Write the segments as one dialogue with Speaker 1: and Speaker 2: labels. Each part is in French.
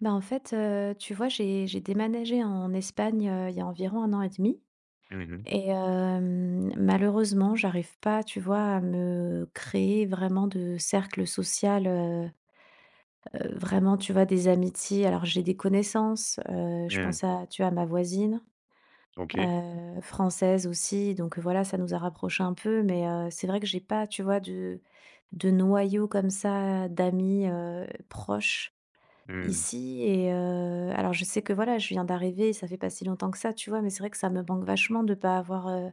Speaker 1: J'ai déménagé en Espagne, il y a environ un an et demi,
Speaker 2: Mmh mh.
Speaker 1: malheureusement, j'arrive pas, à me créer vraiment de cercle social, vraiment, des amitiés. Alors j'ai des connaissances, je
Speaker 2: Mmh.
Speaker 1: pense à, à ma voisine,
Speaker 2: OK.
Speaker 1: française aussi, donc voilà, ça nous a rapprochés un peu, mais c'est vrai que j'ai pas, de noyau comme ça d'amis, proches.
Speaker 2: Mmh.
Speaker 1: Ici et alors je sais que voilà, je viens d'arriver, ça fait pas si longtemps que ça, tu vois? Mais c'est vrai que ça me manque vachement de pas avoir, heu,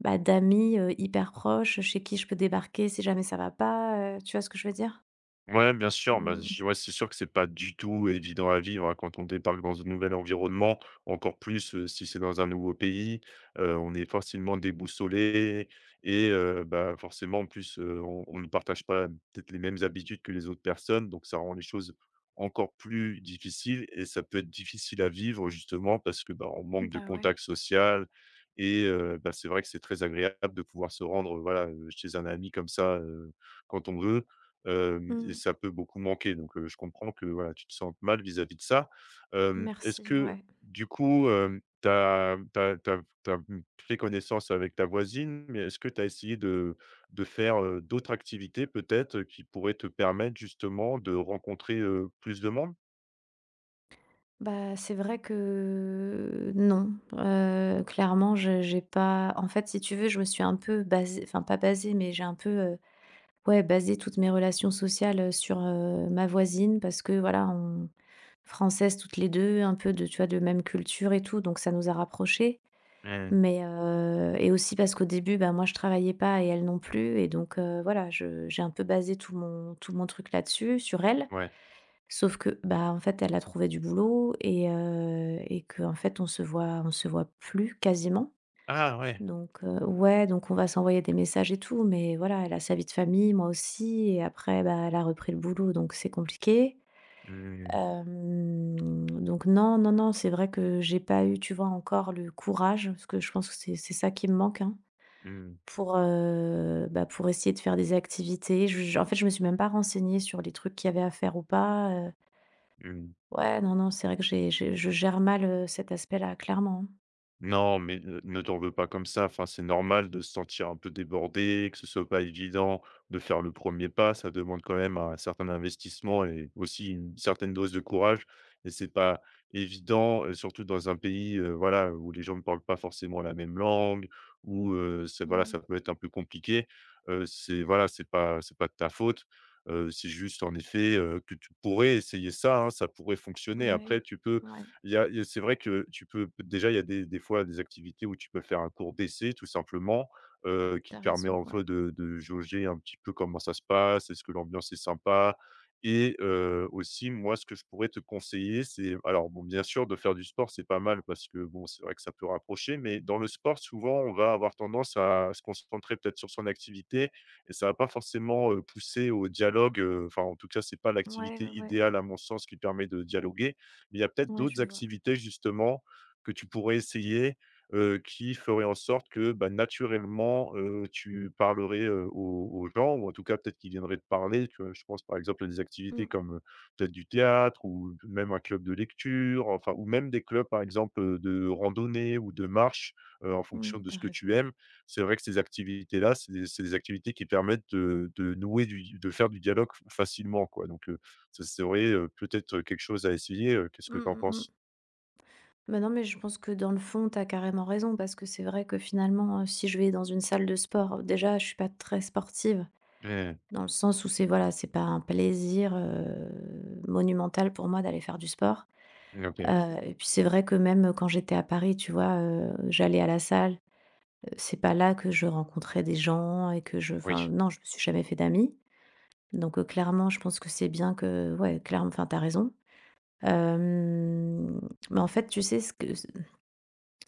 Speaker 1: bah, d'amis, hyper proches, chez qui je peux débarquer si jamais ça va pas, tu vois ce que je veux dire?
Speaker 2: Ouais, bien sûr, bah,
Speaker 1: Mmh.
Speaker 2: j ouais, c'est sûr que c'est pas du tout évident à vivre, hein, quand on débarque dans un nouvel environnement, encore plus, si c'est dans un nouveau pays, on est facilement déboussolé et bah, forcément, en plus, on ne partage pas peut-être les mêmes habitudes que les autres personnes, donc ça rend les choses encore plus difficiles et ça peut être difficile à vivre, justement, parce que, bah, on manque de
Speaker 1: Bah, ouais.
Speaker 2: contact social et bah, c'est vrai que c'est très agréable de pouvoir se rendre, voilà, chez un ami comme ça, quand on veut. Hem, et
Speaker 1: Mmh.
Speaker 2: ça peut beaucoup manquer, donc je comprends que, voilà, tu te sens mal vis-à-vis de ça. Hem, est-ce
Speaker 1: Merci,
Speaker 2: que
Speaker 1: ouais.
Speaker 2: du coup, hem, tu as mmh, fait connaissance avec ta voisine, mais est-ce que tu as essayé de faire, d'autres activités peut-être, qui pourraient te permettre justement de rencontrer, plus de monde?
Speaker 1: Bah, c'est vrai que non, clairement, je j'ai pas en fait, si tu veux, je me suis un peu basée enfin pas basée, mais j'ai un peu, ouais, basé toutes mes relations sociales, sur, ma voisine parce que voilà, Françaises toutes les 2, un peu de tu vois, de même culture et tout, donc ça nous a rapprochées.
Speaker 2: Mmh,
Speaker 1: Mais, et aussi parce qu'au début, bah, moi je travaillais pas et elle non plus et donc, voilà, je j'ai un peu basé tout mon truc là-dessus, sur elle.
Speaker 2: ouais.
Speaker 1: Sauf que, bah, en fait, elle a trouvé du boulot et que en fait on se voit plus quasiment.
Speaker 2: Ah ouais.
Speaker 1: Donc, ouais, donc on va s'envoyer des messages et tout, mais voilà, elle a sa vie de famille, moi aussi et après, bah, elle a repris le boulot, donc c'est compliqué.
Speaker 2: Mmh,
Speaker 1: Hem, donc non, non, non, c'est vrai que j'ai pas eu, encore le courage, parce que je pense que c'est ça qui me manque, hein,
Speaker 2: mmh,
Speaker 1: pour, pour essayer de faire des activités. Je en fait, je me suis même pas renseignée sur les trucs qu'il y avait à faire ou pas,
Speaker 2: mmh.
Speaker 1: Ouais, non, non, c'est vrai que j'ai je gère mal, cet aspect-là, clairement, hein.
Speaker 2: Non, mais ne t'en veux pas comme ça. Enfin, c'est normal de se sentir un peu débordé, que ce soit pas évident de faire le premier pas. Ça demande quand même un certain investissement et aussi une certaine dose de courage. Et c'est pas évident, surtout dans un pays, voilà, où les gens ne parlent pas forcément la même langue, où voilà,
Speaker 1: Mmh,
Speaker 2: ça peut être un peu compliqué. C'est voilà, c'est pas de ta faute. C'est juste en effet que tu pourrais essayer ça, hein, ça pourrait fonctionner.
Speaker 1: ouais,
Speaker 2: Après, tu peux
Speaker 1: ouais,
Speaker 2: il y a c'est vrai que tu peux déjà, il y a des fois des activités où tu peux faire un cours d'essai tout simplement, qui
Speaker 1: t'as
Speaker 2: te permet
Speaker 1: raison,
Speaker 2: en fait
Speaker 1: ouais.
Speaker 2: de jauger un petit peu comment ça se passe, est-ce que l'ambiance est sympa? Et aussi moi ce que je pourrais te conseiller, c'est alors bon bien sûr de faire du sport, c'est pas mal parce que bon, c'est vrai que ça peut rapprocher, mais dans le sport souvent on va avoir tendance à se concentrer peut-être sur son activité et ça va pas forcément, pousser au dialogue, enfin en tout cas c'est pas
Speaker 1: Ouais, ouais,
Speaker 2: l'activité
Speaker 1: ouais,
Speaker 2: idéale à mon sens qui permet de dialoguer, mais il y a peut-être
Speaker 1: ouais, je
Speaker 2: d'autres
Speaker 1: vois.
Speaker 2: activités justement que tu pourrais essayer, qui feraient en sorte que, bah, naturellement, tu parlerais, aux gens ou en tout cas peut-être qu'ils viendraient te parler, tu vois? Je pense par exemple à des activités
Speaker 1: Mmh,
Speaker 2: comme, peut-être du théâtre ou même un club de lecture, enfin ou même des clubs par exemple, de randonnée ou de marche, en fonction
Speaker 1: mmh,
Speaker 2: de
Speaker 1: tu
Speaker 2: ce que
Speaker 1: raison.
Speaker 2: tu aimes. C'est vrai que ces activités-là, c'est des activités qui permettent de nouer du de faire du dialogue facilement quoi, donc ce serait, peut-être quelque chose à essayer, qu'est-ce que
Speaker 1: Mmh,
Speaker 2: tu en
Speaker 1: mmh mh.
Speaker 2: penses?
Speaker 1: Bah, non, mais je pense que dans le fond, tu as carrément raison parce que c'est vrai que finalement, si je vais dans une salle de sport, déjà je suis pas très sportive
Speaker 2: Mmh.
Speaker 1: dans le sens où c'est voilà, c'est pas un plaisir, monumental pour moi d'aller faire du sport,
Speaker 2: Mmh,
Speaker 1: heu
Speaker 2: OK.
Speaker 1: et puis c'est vrai que même quand j'étais à Paris, j'allais à la salle, c'est pas là que je rencontrais des gens et que je
Speaker 2: Oui.
Speaker 1: enfin non, je me suis jamais fait d'amis donc clairement, je pense que c'est bien que ouais, clairement enfin t'as raison, hem, mais en fait, tu sais ce que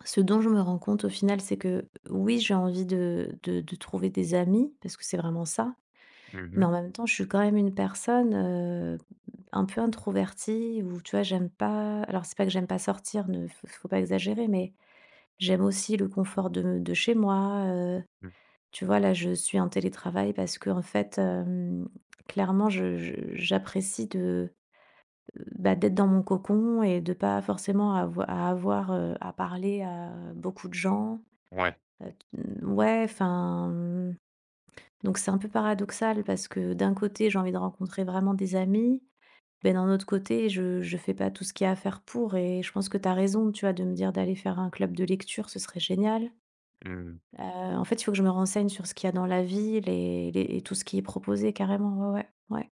Speaker 1: ce dont je me rends compte au final, c'est que oui, j'ai envie de de trouver des amis, parce que c'est vraiment ça,
Speaker 2: Mmh
Speaker 1: mais
Speaker 2: mh.
Speaker 1: en même temps, je suis quand même une personne, un peu introvertie où, tu vois, j'aime pas alors c'est pas que j'aime pas sortir, ne faut pas exagérer, mais j'aime aussi le confort de chez moi,
Speaker 2: Mmh.
Speaker 1: tu vois? Là, je suis en télétravail parce qu'en fait, clairement, je j'apprécie de, bah, d'être dans mon cocon et de pas forcément avoir, à parler à beaucoup de gens.
Speaker 2: Ouais.
Speaker 1: T ouais, enfin, mmh, donc c'est un peu paradoxal parce que d'un côté, j'ai envie de rencontrer vraiment des amis, mais d'un autre côté, je fais pas tout ce qu'il y a à faire pour et je pense que tu as raison, tu vois, de me dire d'aller faire un club de lecture, ce serait génial.
Speaker 2: Mmh.
Speaker 1: En fait, il faut que je me renseigne sur ce qu'il y a dans la ville et les et tout ce qui est proposé carrément, ouais, ouais, ouais.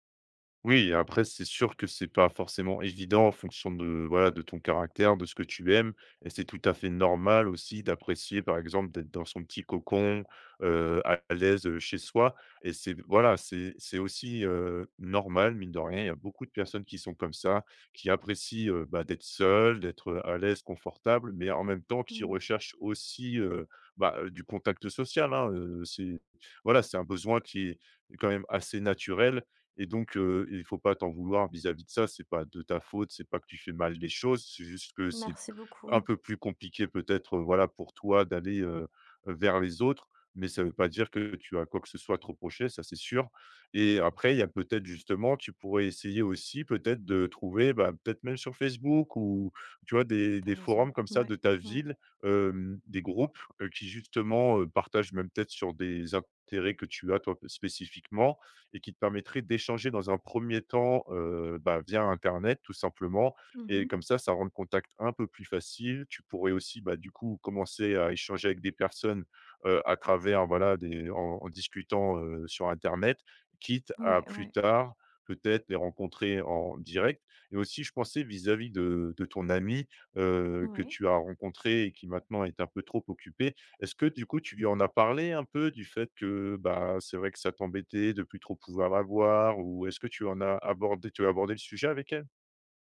Speaker 2: Oui, après, c'est sûr que c'est pas forcément évident en fonction de, voilà, de ton caractère, de ce que tu aimes. Et c'est tout à fait normal aussi d'apprécier, par exemple, d'être dans son petit cocon, à l'aise, chez soi. Et c'est voilà, c'est aussi, normal, mine de rien. Il y a beaucoup de personnes qui sont comme ça, qui apprécient, bah, d'être seules, d'être à l'aise, confortable, mais en même temps qui
Speaker 1: Mmh,
Speaker 2: recherchent aussi, du contact social, hein, c'est voilà, c'est un besoin qui est quand même assez naturel. Et donc, il faut pas t'en vouloir vis-à-vis de ça. C'est pas de ta faute, c'est pas que tu fais mal les choses, c'est juste que c'est
Speaker 1: merci beaucoup.
Speaker 2: un peu plus compliqué peut-être, voilà, pour toi d'aller, vers les autres. Mais ça ne veut pas dire que tu as quoi que ce soit à te reprocher, ça c'est sûr. Et après, il y a peut-être justement, tu pourrais essayer aussi peut-être de trouver, bah, peut-être même sur Facebook ou tu vois des
Speaker 1: T'as raison.
Speaker 2: forums comme ça
Speaker 1: Ouais,
Speaker 2: de ta
Speaker 1: ouais.
Speaker 2: ville, hem, des groupes, qui justement, partagent même peut-être sur des intérêts que tu as toi spécifiquement et qui te permettrait d'échanger dans un premier temps, bah, via internet tout simplement, et
Speaker 1: Mmh.
Speaker 2: comme ça rend le contact un peu plus facile. Tu pourrais aussi, bah, du coup, commencer à échanger avec des personnes, à travers, voilà, des en discutant, sur internet, quitte à
Speaker 1: Ouais,
Speaker 2: plus
Speaker 1: ouais,
Speaker 2: tard, peut-être, les rencontrer en direct. Et aussi je pensais vis-à-vis de ton ami, que
Speaker 1: ouais.
Speaker 2: tu as rencontré et qui maintenant est un peu trop occupé. Est-ce que du coup, tu lui en as parlé un peu du fait que, bah, c'est vrai que ça t'embêtait de plus trop pouvoir l'avoir, ou est-ce que tu en as abordé tu as abordé le sujet avec elle?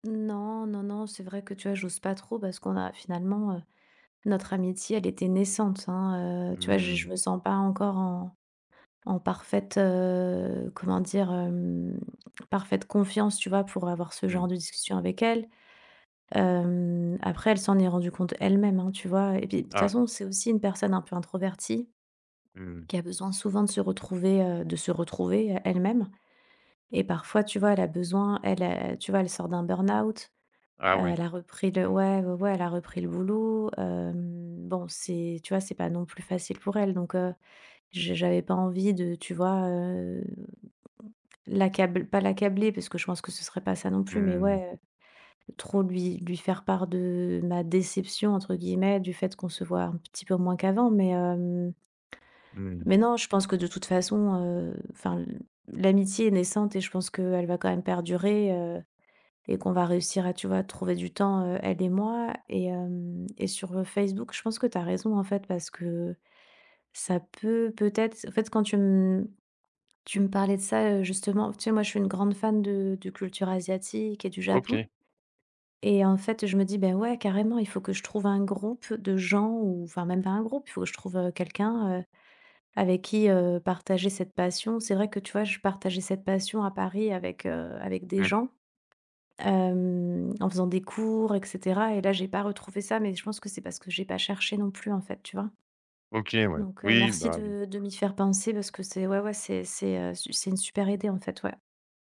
Speaker 1: Non, non, non, c'est vrai que, tu vois, j'ose pas trop parce qu'on a finalement, notre amitié, elle était naissante, hein, tu vois? Je
Speaker 2: Mmh,
Speaker 1: me sens pas encore en en parfaite, comment dire? Parfaite confiance, tu vois? Pour avoir ce genre
Speaker 2: mmh.
Speaker 1: de discussion avec elle. Après, elle s'en est rendue compte elle-même, hein, tu vois? Et puis, de toute
Speaker 2: Ah,
Speaker 1: façon, c'est aussi une personne un peu introvertie
Speaker 2: mmh.
Speaker 1: qui a besoin souvent de se retrouver, elle-même et parfois, tu vois? Elle a besoin elle, tu vois? Elle sort d'un burn-out.
Speaker 2: Ah ouais.
Speaker 1: Elle a repris le ouais, ouais, ouais, elle a repris le boulot, bon, c'est tu vois, c'est pas non plus facile pour elle donc je j'avais pas envie de, l'accable pas l'accabler parce que je pense que ce serait pas ça non plus mais
Speaker 2: Mmh,
Speaker 1: ouais, trop lui faire part de ma «déception» entre guillemets, du fait qu'on se voit un petit peu moins qu'avant mais
Speaker 2: mmh.
Speaker 1: mais non, je pense que de toute façon, enfin, l'amitié est naissante et je pense qu'elle va quand même perdurer, Euh, et qu'on va réussir à, trouver du temps, elle et moi et sur, Facebook, je pense que tu as raison, en fait, parce que ça peut peut-être en fait, quand tu me parlais de ça, justement, tu sais, moi, je suis une grande fan de culture asiatique et du Japon
Speaker 2: OK.
Speaker 1: et en fait, je me dis: ben ouais, carrément, il faut que je trouve un groupe de gens» ou enfin, même pas un groupe, il faut que je trouve, quelqu'un, avec qui, partager cette passion. C'est vrai que, tu vois, je partageais cette passion à Paris avec, avec des
Speaker 2: Mmh.
Speaker 1: gens. En faisant des cours et cetera et là, j'ai pas retrouvé ça, mais je pense que c'est parce que j'ai pas cherché non plus, en fait, tu vois?
Speaker 2: OK, ouais.
Speaker 1: Donc
Speaker 2: Oui,
Speaker 1: merci
Speaker 2: bah
Speaker 1: de m'y faire penser parce que c'est ouais, ouais, c'est une super idée, en fait, ouais.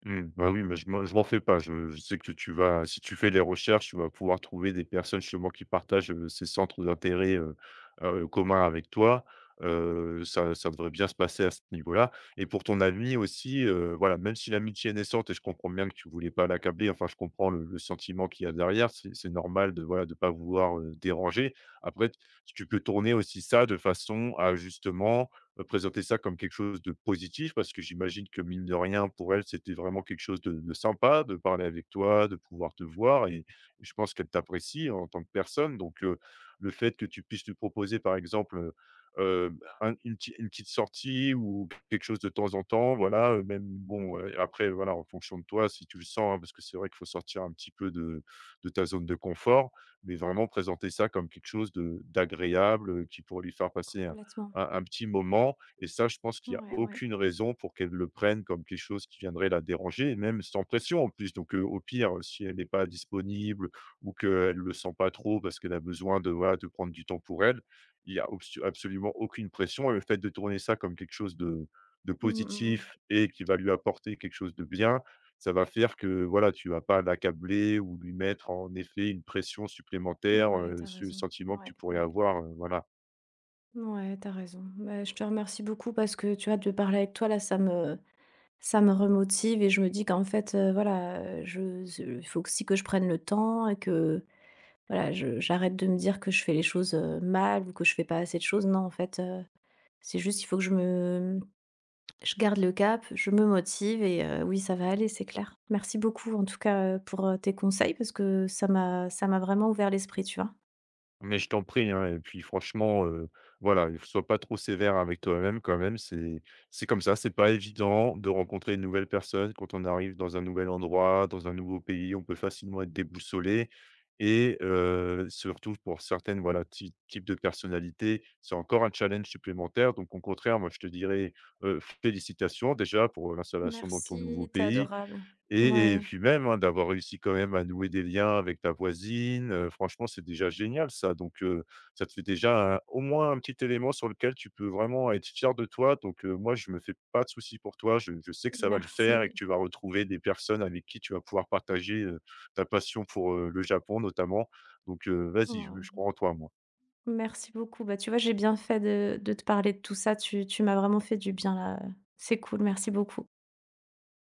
Speaker 2: mmh, bah, oui, mais je m'en fais pas. Je sais que tu vas si tu fais des recherches, tu vas pouvoir trouver des personnes justement qui partagent, ces centres d'intérêt, communs avec toi. Ça devrait bien se passer à ce niveau-là, et pour ton ami aussi, voilà, même si l'amitié est naissante et je comprends bien que tu voulais pas l'accabler, enfin, je comprends le sentiment qu'il y a derrière. C'est normal de, voilà, de pas vouloir, déranger. Après, tu peux tourner aussi ça de façon à justement présenter ça comme quelque chose de positif, parce que j'imagine que mine de rien pour elle, c'était vraiment quelque chose de sympa de parler avec toi, de pouvoir te voir, et je pense qu'elle t'apprécie en tant que personne, donc le fait que tu puisses lui proposer par exemple, un une petite sortie ou quelque chose de temps en temps, voilà, même bon, après voilà en fonction de toi si tu le sens, hein, parce que c'est vrai qu'il faut sortir un petit peu de ta zone de confort, mais vraiment présenter ça comme quelque chose de d'agréable, qui pourrait lui faire passer un
Speaker 1: Complètement.
Speaker 2: petit moment, et ça, je pense qu'il y a
Speaker 1: Ouais, ouais.
Speaker 2: aucune raison pour qu'elle le prenne comme quelque chose qui viendrait la déranger, et même sans pression en plus. Donc, au pire, si elle n'est pas disponible ou qu'elle ne le sent pas trop parce qu'elle a besoin de, voilà, de prendre du temps pour elle, il y a obstu absolument aucune pression, et le fait de tourner ça comme quelque chose de
Speaker 1: Mmh mh,
Speaker 2: positif et qui va lui apporter quelque chose de bien, ça va faire que, voilà, tu vas pas l'accabler ou lui mettre en effet une pression
Speaker 1: mmh.
Speaker 2: supplémentaire,
Speaker 1: Ouais, t'as
Speaker 2: sur le
Speaker 1: raison.
Speaker 2: sentiment que
Speaker 1: Ouais,
Speaker 2: tu pourrais
Speaker 1: ouais.
Speaker 2: avoir, voilà.
Speaker 1: Ouais, t'as raison. Bah, je te remercie beaucoup parce que, tu vois, de parler avec toi, là, ça me remotive et je me dis qu'en fait, voilà, je ze il faut aussi que je prenne le temps et que voilà, je j'arrête de me dire que je fais les choses, mal ou que je fais pas assez de choses. Non, en fait, c'est juste il faut que je garde le cap, je me motive et oui, ça va aller, c'est clair. Merci beaucoup en tout cas, pour, tes conseils parce que ça m'a vraiment ouvert l'esprit, tu vois?
Speaker 2: Mais je t'en prie, hein, et puis franchement, voilà, il sois pas trop sévère avec toi-même quand même. C'est comme ça, c'est pas évident de rencontrer une nouvelle personne. Quand on arrive dans un nouvel endroit, dans un nouveau pays, on peut facilement être déboussolé, et surtout pour certaines, voilà, ty types de personnalités, c'est encore un challenge supplémentaire. Donc au contraire, moi, je te dirais, félicitations déjà pour l'installation dans ton nouveau
Speaker 1: Merci, t'es
Speaker 2: pays.
Speaker 1: adorable.
Speaker 2: Et
Speaker 1: Ouais,
Speaker 2: puis même, hein, d'avoir réussi quand même à nouer des liens avec ta voisine, franchement, c'est déjà génial ça. Donc ça te fait déjà un au moins un petit élément sur lequel tu peux vraiment être fier de toi. Donc moi, je me fais pas de soucis pour toi. Je sais que ça va le faire et que
Speaker 1: merci.
Speaker 2: tu vas retrouver des personnes avec qui tu vas pouvoir partager, ta passion pour, le Japon notamment. Donc vas-y, je crois
Speaker 1: Waouh.
Speaker 2: en toi, moi.
Speaker 1: Merci beaucoup. Bah, tu vois, j'ai bien fait de te parler de tout ça. Tu m'as vraiment fait du bien là, c'est cool, merci beaucoup.